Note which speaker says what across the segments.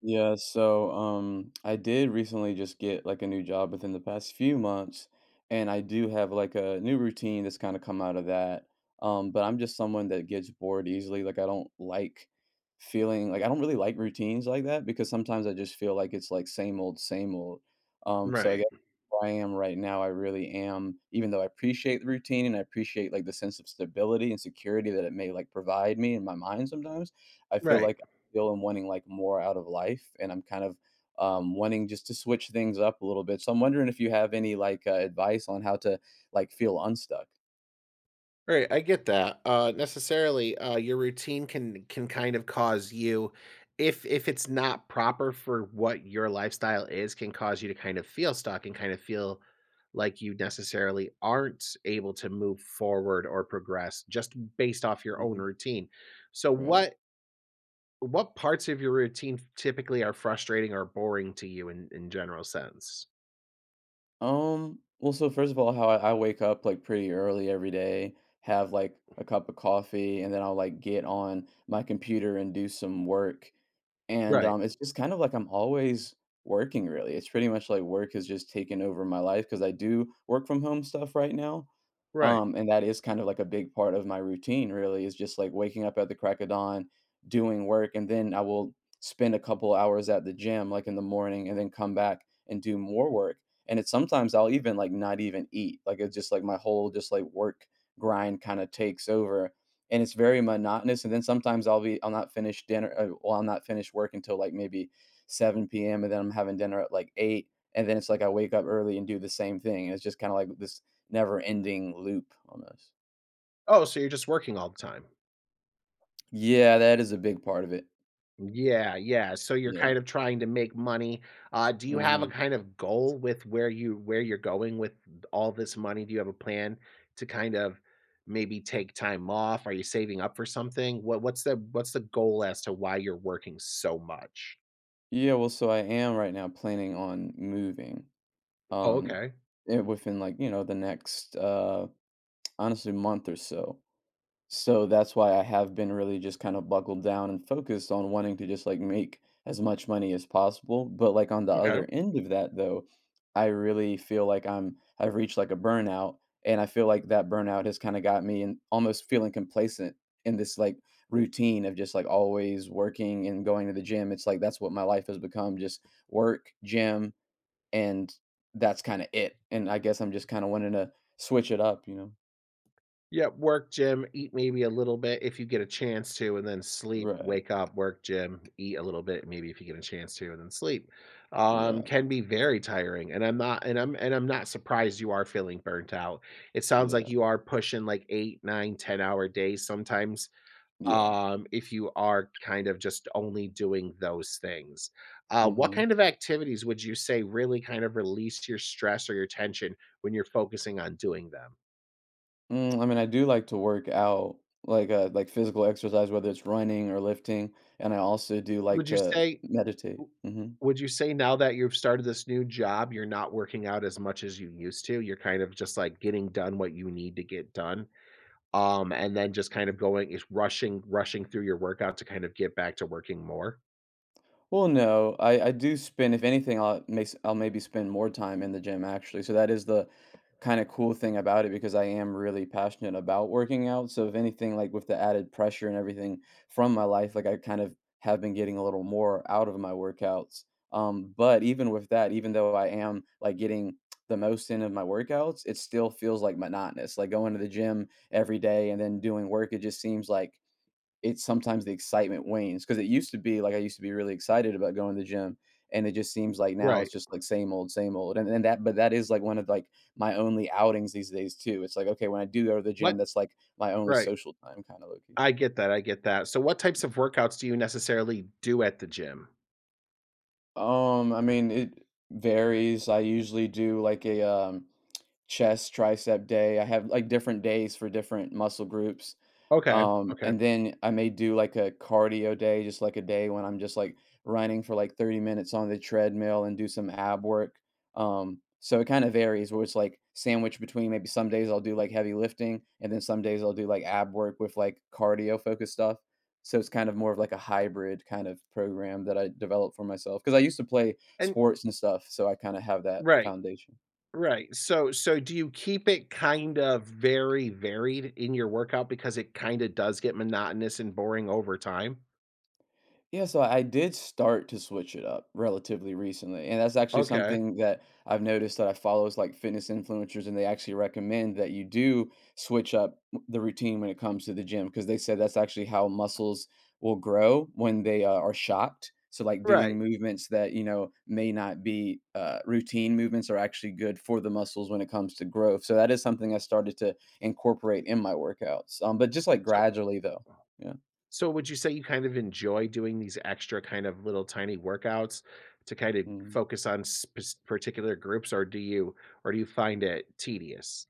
Speaker 1: Yeah, so I did recently just get like a new job within the past few months, and I do have like a new routine that's kind of come out of that. But I'm just someone that gets bored easily. Like I don't like feeling like I don't really like routines like that because sometimes I just feel like it's like same old same old. So I
Speaker 2: Right,
Speaker 1: guess where I am right now I really am, even though I appreciate the routine and I appreciate like the sense of stability and security that it may like provide me in my mind sometimes. I feel
Speaker 2: right.
Speaker 1: like feel and wanting like more out of life, and I'm kind of wanting just to switch things up a little bit. So I'm wondering if you have any like advice on how to like feel unstuck.
Speaker 2: Right, I get that. Necessarily, your routine can kind of cause you, if it's not proper for what your lifestyle is, can cause you to kind of feel stuck and kind of feel like you necessarily aren't able to move forward or progress just based off your own
Speaker 1: Hmm.
Speaker 2: routine. So,
Speaker 1: Right.
Speaker 2: what parts of your routine typically are frustrating or boring to you in general sense?
Speaker 1: Well, so first of all, how I wake up like pretty early every day, have like a cup of coffee, and then I'll like get on my computer and do some work. And
Speaker 2: Right,
Speaker 1: it's just kind of like I'm always working really. It's pretty much like work has just taken over my life because I do work from home stuff right now.
Speaker 2: right.
Speaker 1: And that is kind of like a big part of my routine really is just like waking up at the crack of dawn, doing work, and then I will spend a couple hours at the gym like in the morning and then come back and do more work. And it's sometimes I'll even like not even eat. Like it's just like my whole just like work grind kind of takes over, and it's very monotonous. And then sometimes I'll not finish dinner well, I'll not finish work until like maybe 7 p.m., and then I'm having dinner at like eight. And then it's like I wake up early and do the same thing. And it's just kind of like this never ending loop almost.
Speaker 2: Oh, so you're just working all the time.
Speaker 1: Yeah, that is a big part of it.
Speaker 2: Yeah, yeah, so you're
Speaker 1: Yeah.
Speaker 2: kind of trying to make money. Do you have a
Speaker 1: Mhm.
Speaker 2: kind of goal with where you're going with all this money? Do you have a plan to kind of maybe take time off? Are you saving up for something? What's the goal as to why you're working so much?
Speaker 1: Yeah, well, so I am right now planning on moving,
Speaker 2: Oh,
Speaker 1: um,
Speaker 2: okay.
Speaker 1: within, like, you know, the next, honestly, month or so. So that's why I have been really just kind of buckled down and focused on wanting to just like make as much money as possible. But like on the
Speaker 2: Okay.
Speaker 1: other end of that though, I really feel like I've reached like a burnout, and I feel like that burnout has kind of got me and almost feeling complacent in this like routine of just like always working and going to the gym. It's like that's what my life has become, just work, gym, and that's kind of it. And I guess I'm just kind of wanting to switch it up, you know.
Speaker 2: Yep, work, gym, eat maybe a little bit if you get a chance to, and then sleep,
Speaker 1: Right.
Speaker 2: wake up, work, gym, eat a little bit, maybe if you get a chance to, and then sleep.
Speaker 1: Yeah.
Speaker 2: Can be very tiring. And I'm not surprised you are feeling burnt out. It sounds like
Speaker 1: Yeah.
Speaker 2: you are pushing like 8, nine, 10-hour days sometimes,
Speaker 1: Yeah.
Speaker 2: if you are kind of just only doing those things. What
Speaker 1: Mhm.
Speaker 2: kind of activities would you say really kind of release your stress or your tension when you're focusing on doing them?
Speaker 1: Mm, I mean, I do like to work out, like physical exercise, whether it's running or lifting, and I also do like
Speaker 2: Would you
Speaker 1: to
Speaker 2: say
Speaker 1: meditate.
Speaker 2: W
Speaker 1: Mhm.
Speaker 2: Would you say now that you've started this new job, you're not working out as much as you used to? You're kind of just, like, getting done what you need to get done, and then just kind of going is rushing through your workout to kind of get back to working more?
Speaker 1: Well, no, I do spend, if anything, I'll maybe spend more time in the gym actually. So that is the kind of cool thing about it because I am really passionate about working out. So if anything, like with the added pressure and everything from my life, like I kind of have been getting a little more out of my workouts. But even with that, even though I am like getting the most in of my workouts, it still feels like monotonous. Like going to the gym every day and then doing work, it just seems like it's sometimes the excitement wanes because it used to be like I used to be really excited about going to the gym, and it just seems like now
Speaker 2: Right.
Speaker 1: it's just like same old, same old. But that is like one of like my only outings these days too. It's like okay, when I do go to the gym,
Speaker 2: What
Speaker 1: that's like my only
Speaker 2: Right.
Speaker 1: social time, kind of low key.
Speaker 2: I get that, I get that. So what types of workouts do you necessarily do at the gym?
Speaker 1: I mean, it varies. I usually do like a chest tricep day. I have like different days for different muscle groups.
Speaker 2: Okay, okay.
Speaker 1: And then I may do like a cardio day, just like a day when I'm just like running for like 30 minutes on the treadmill and do some ab work. So it kind of varies where it's like sandwiched between maybe some days I'll do like heavy lifting and then some days I'll do like ab work with like cardio focused stuff. So it's kind of more of like a hybrid kind of program that I developed for myself because I used to play
Speaker 2: And
Speaker 1: sports and stuff. So I kind of have that
Speaker 2: Right,
Speaker 1: foundation.
Speaker 2: right. So do you keep it kind of very varied in your workout because it kinda does get monotonous and boring over time?
Speaker 1: Yeah, so I did start to switch it up relatively recently, and that's actually mhm,
Speaker 2: Okay,
Speaker 1: something that I've noticed that I follow is like fitness influencers, and they actually recommend that you do switch up the routine when it comes to the gym because they said that's actually how muscles will grow when they are shocked. So, like doing
Speaker 2: right.
Speaker 1: movements that you know may not be routine movements are actually good for the muscles when it comes to growth. So that is something I started to incorporate in my workouts, but just like
Speaker 2: So
Speaker 1: gradually though. Yeah.
Speaker 2: so would you say you kind of enjoy doing these extra kind of little tiny workouts to kind of
Speaker 1: Mm-hmm.
Speaker 2: focus on spec particular groups, or do you find it tedious?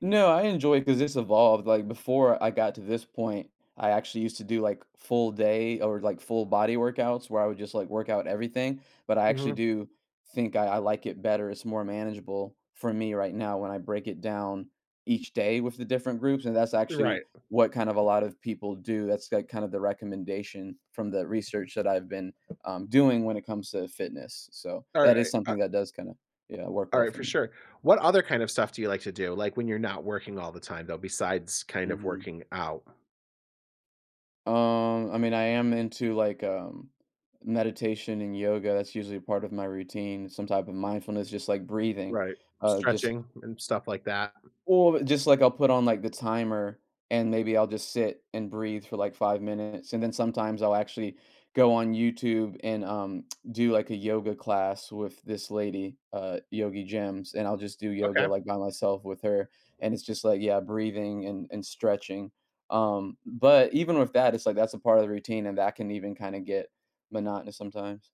Speaker 1: No, I enjoy it because it's evolved, like, before I got to this point, I actually used to do, like, full day or, like, full body workouts where I would just, like, work out everything, but I actually
Speaker 2: Mhm,
Speaker 1: do think I like it better. It's more manageable for me right now when I break it down each day with the different groups, and that's actually
Speaker 2: right.
Speaker 1: what kind of a lot of people do. That's, like, kind of the recommendation from the research that I've been, doing when it comes to fitness, so that is
Speaker 2: Alright, a
Speaker 1: something that does kinda yeah, work well
Speaker 2: alright,
Speaker 1: for
Speaker 2: for
Speaker 1: me.
Speaker 2: sure. What other kind of stuff do you like to do, like, when you're not working all the time, though, besides kind of
Speaker 1: Mhm.
Speaker 2: working out?
Speaker 1: I mean, I am into like meditation and yoga. That's usually part of my routine, some type of mindfulness, just like breathing,
Speaker 2: Right.
Speaker 1: just
Speaker 2: Stretching and stuff like that.
Speaker 1: well, just like I'll put on like the timer and maybe I'll just sit and breathe for like 5 minutes. And then sometimes I'll actually go on YouTube and do like a yoga class with this lady, Yogi Gems, and I'll just do yoga
Speaker 2: Okay.
Speaker 1: like by myself with her. And it's just like, yeah, breathing and stretching. But even with that, it's like that's a part of the routine and that can even kind of get monotonous sometimes.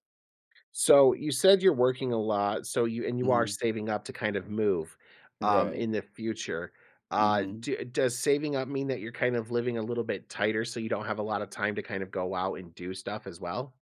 Speaker 2: So you said you're working a lot, so you are
Speaker 1: Hmm.
Speaker 2: saving up to kind of move,
Speaker 1: Right.
Speaker 2: in the future.
Speaker 1: Hmm.
Speaker 2: Does saving up mean that you're kind of living a little bit tighter so you don't have a lot of time to kind of go out and do stuff as well?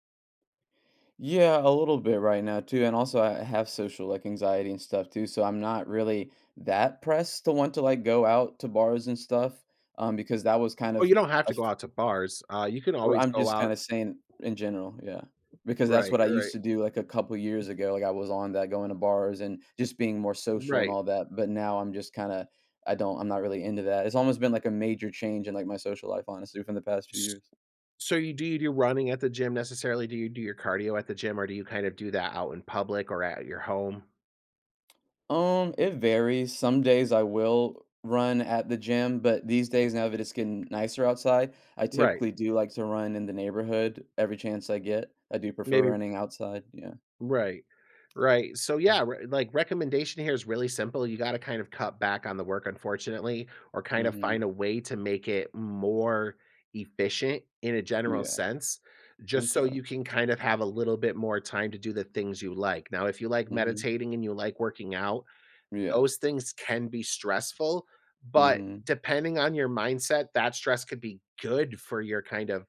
Speaker 1: Yeah, a little bit right now too, and also I have social like anxiety and stuff too, so I'm not really that pressed to want to like go out to bars and stuff, because that was kind
Speaker 2: Oh,
Speaker 1: of
Speaker 2: you don't have
Speaker 1: a
Speaker 2: to go
Speaker 1: f-
Speaker 2: out to bars. You can
Speaker 1: or
Speaker 2: always
Speaker 1: I'm
Speaker 2: go
Speaker 1: just
Speaker 2: out.
Speaker 1: kind of saying in general, yeah, because that's
Speaker 2: Right,
Speaker 1: what I used
Speaker 2: right,
Speaker 1: to do like a couple years ago. Like I was on that going to bars and just being more social and
Speaker 2: right.
Speaker 1: all that, but now I'm just kind of I'm not really into that. It's almost been like a major change in like my social life, honestly, from the past few
Speaker 2: S-
Speaker 1: years.
Speaker 2: So you do running at the gym necessarily? Do you do your cardio at the gym or do you kind of do that out in public or at your home?
Speaker 1: It varies. Some days I will run at the gym, but these days now that it's getting nicer outside, I
Speaker 2: Right.
Speaker 1: typically do like to run in the neighborhood every chance I get. I do prefer
Speaker 2: Maybe
Speaker 1: running outside. Yeah.
Speaker 2: Right. Right. So yeah, recommendation here is really simple. You gotta kind of cut back on the work, unfortunately, or kind of find
Speaker 1: Hmm.
Speaker 2: a way to make it more efficient in a general
Speaker 1: Yeah.
Speaker 2: sense, just so
Speaker 1: Okay.
Speaker 2: you can kind of have a little bit more time to do the things you like. Now, if you like
Speaker 1: Hmm.
Speaker 2: meditating and you like working out,
Speaker 1: Yeah.
Speaker 2: those things can be stressful, but
Speaker 1: Hmm.
Speaker 2: depending on your mindset, that stress could be good for your kind of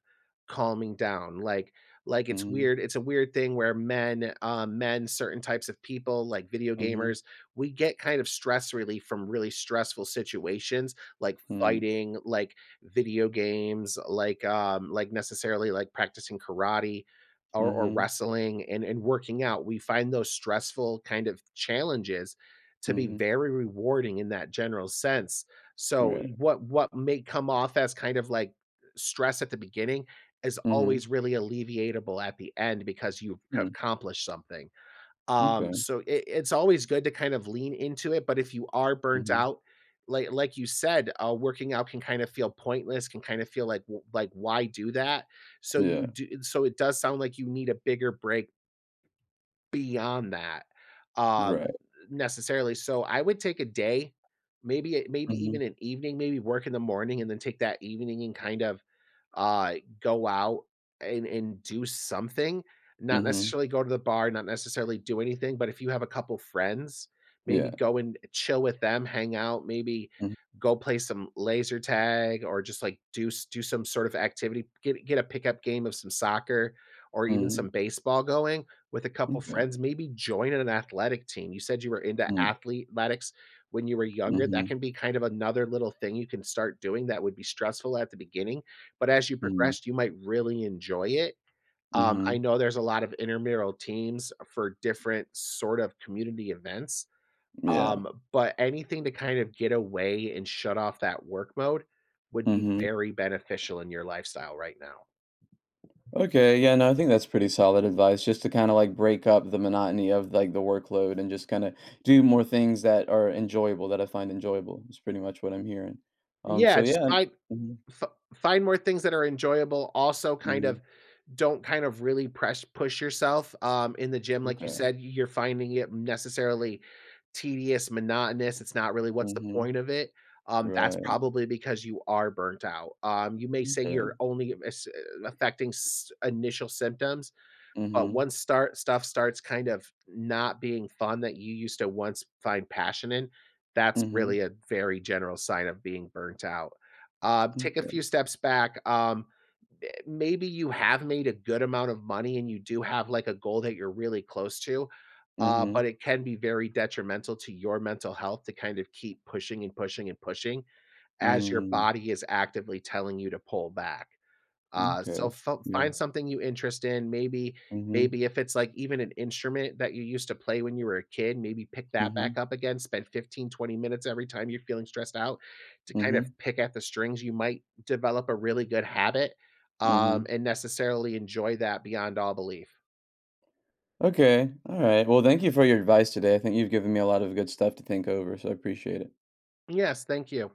Speaker 2: calming down. Like
Speaker 1: Hmm.
Speaker 2: it's a weird thing where men, certain types of people, like video
Speaker 1: Hmm.
Speaker 2: gamers, we get kind of stress relief from really stressful situations, like
Speaker 1: Hmm.
Speaker 2: fighting, like video games, like necessarily like practicing karate or
Speaker 1: Hmm.
Speaker 2: wrestling and working out. We find those stressful kind of challenges to be
Speaker 1: Hmm.
Speaker 2: very rewarding in that general sense. So,
Speaker 1: Right.
Speaker 2: what may come off as kind of like stress at the beginning is
Speaker 1: Mm-hmm.
Speaker 2: always really alleviatable at the end because you've c
Speaker 1: Hmm.
Speaker 2: accomplished something.
Speaker 1: Mm.
Speaker 2: Um,
Speaker 1: Okay.
Speaker 2: so it's always good to kind of lean into it, but if you are burnt
Speaker 1: Hmm.
Speaker 2: out, like you said, working out can kind of feel pointless, can kind of feel like w like, "Why do that?" So
Speaker 1: Yeah.
Speaker 2: you do so it does sound like you need a bigger break beyond that, um,
Speaker 1: Right.
Speaker 2: necessarily. So I would take a day, maybe
Speaker 1: Hmm.
Speaker 2: even an evening, maybe work in the morning and then take that evening and kind of uh, go out and do something, not
Speaker 1: Hmm.
Speaker 2: necessarily go to the bar, not necessarily do anything, but if you have a couple friends, maybe
Speaker 1: Yeah.
Speaker 2: go and chill with them, hang out, maybe
Speaker 1: Hmm.
Speaker 2: go play some laser tag or just like do do some sort of activity, get a pickup game of some soccer or even
Speaker 1: Hmm.
Speaker 2: some baseball going with a couple
Speaker 1: Okay.
Speaker 2: friends, maybe join an athletic team. You said you were into
Speaker 1: Mm-hmm.
Speaker 2: athletics when you were younger.
Speaker 1: Mm-hmm.
Speaker 2: That can be kind of another little thing you can start doing that would be stressful at the beginning, but as you
Speaker 1: Hmm.
Speaker 2: progressed, you might really enjoy it.
Speaker 1: Mm-hmm.
Speaker 2: I know there's a lot of intramural teams for different sort of community events,
Speaker 1: Yeah.
Speaker 2: but anything to kind of get away and shut off that work mode would be
Speaker 1: Hmm.
Speaker 2: very beneficial in your lifestyle right now.
Speaker 1: Okay, yeah, no, I think that's pretty solid advice just to kind of like break up the monotony of like the workload and just kind of do more things that are enjoyable, that I find enjoyable. It's pretty much what I'm hearing.
Speaker 2: Yeah,
Speaker 1: So
Speaker 2: just
Speaker 1: yeah. Hmm.
Speaker 2: f find more things that are enjoyable, also kind
Speaker 1: Hmm.
Speaker 2: of don't kind of really press push yourself, in the gym, like you
Speaker 1: Okay.
Speaker 2: said, you're finding it necessarily tedious, monotonous, it's not really what's the
Speaker 1: Hmm.
Speaker 2: point of it, that's
Speaker 1: Right.
Speaker 2: probably because you are burnt out, you may say
Speaker 1: Okay.
Speaker 2: you're only as affecting s initial symptoms, but
Speaker 1: Hmm.
Speaker 2: once start stuff starts kind of not being fun that you used to once find passion in, that's
Speaker 1: Hmm.
Speaker 2: really a very general sign of being burnt out. Take a few
Speaker 1: Okay.
Speaker 2: steps back. Maybe you have made a good amount of money and you do have, like, a goal that you're really close to, but
Speaker 1: Hmm.
Speaker 2: it can be very detrimental to your mental health to kind of keep pushing and pushing and pushing as your
Speaker 1: Mm.
Speaker 2: body is actively telling you to pull back. Uh,
Speaker 1: Okay.
Speaker 2: so fo
Speaker 1: Yeah.
Speaker 2: find something you interest in, maybe
Speaker 1: Hmm.
Speaker 2: if it's, like, even an instrument that you used to play when you were a kid, maybe pick that back
Speaker 1: Hmm.
Speaker 2: up again, spend 15, 20 minutes every time you're feeling stressed out to kind of
Speaker 1: Hmm.
Speaker 2: pick at the strings, you might develop a really good habit,
Speaker 1: Hmm.
Speaker 2: and necessarily enjoy that beyond all belief.
Speaker 1: Okay. All right. Well, thank you for your advice today. I think you've given me a lot of good stuff to think over, so I appreciate it.
Speaker 2: Yes, thank you.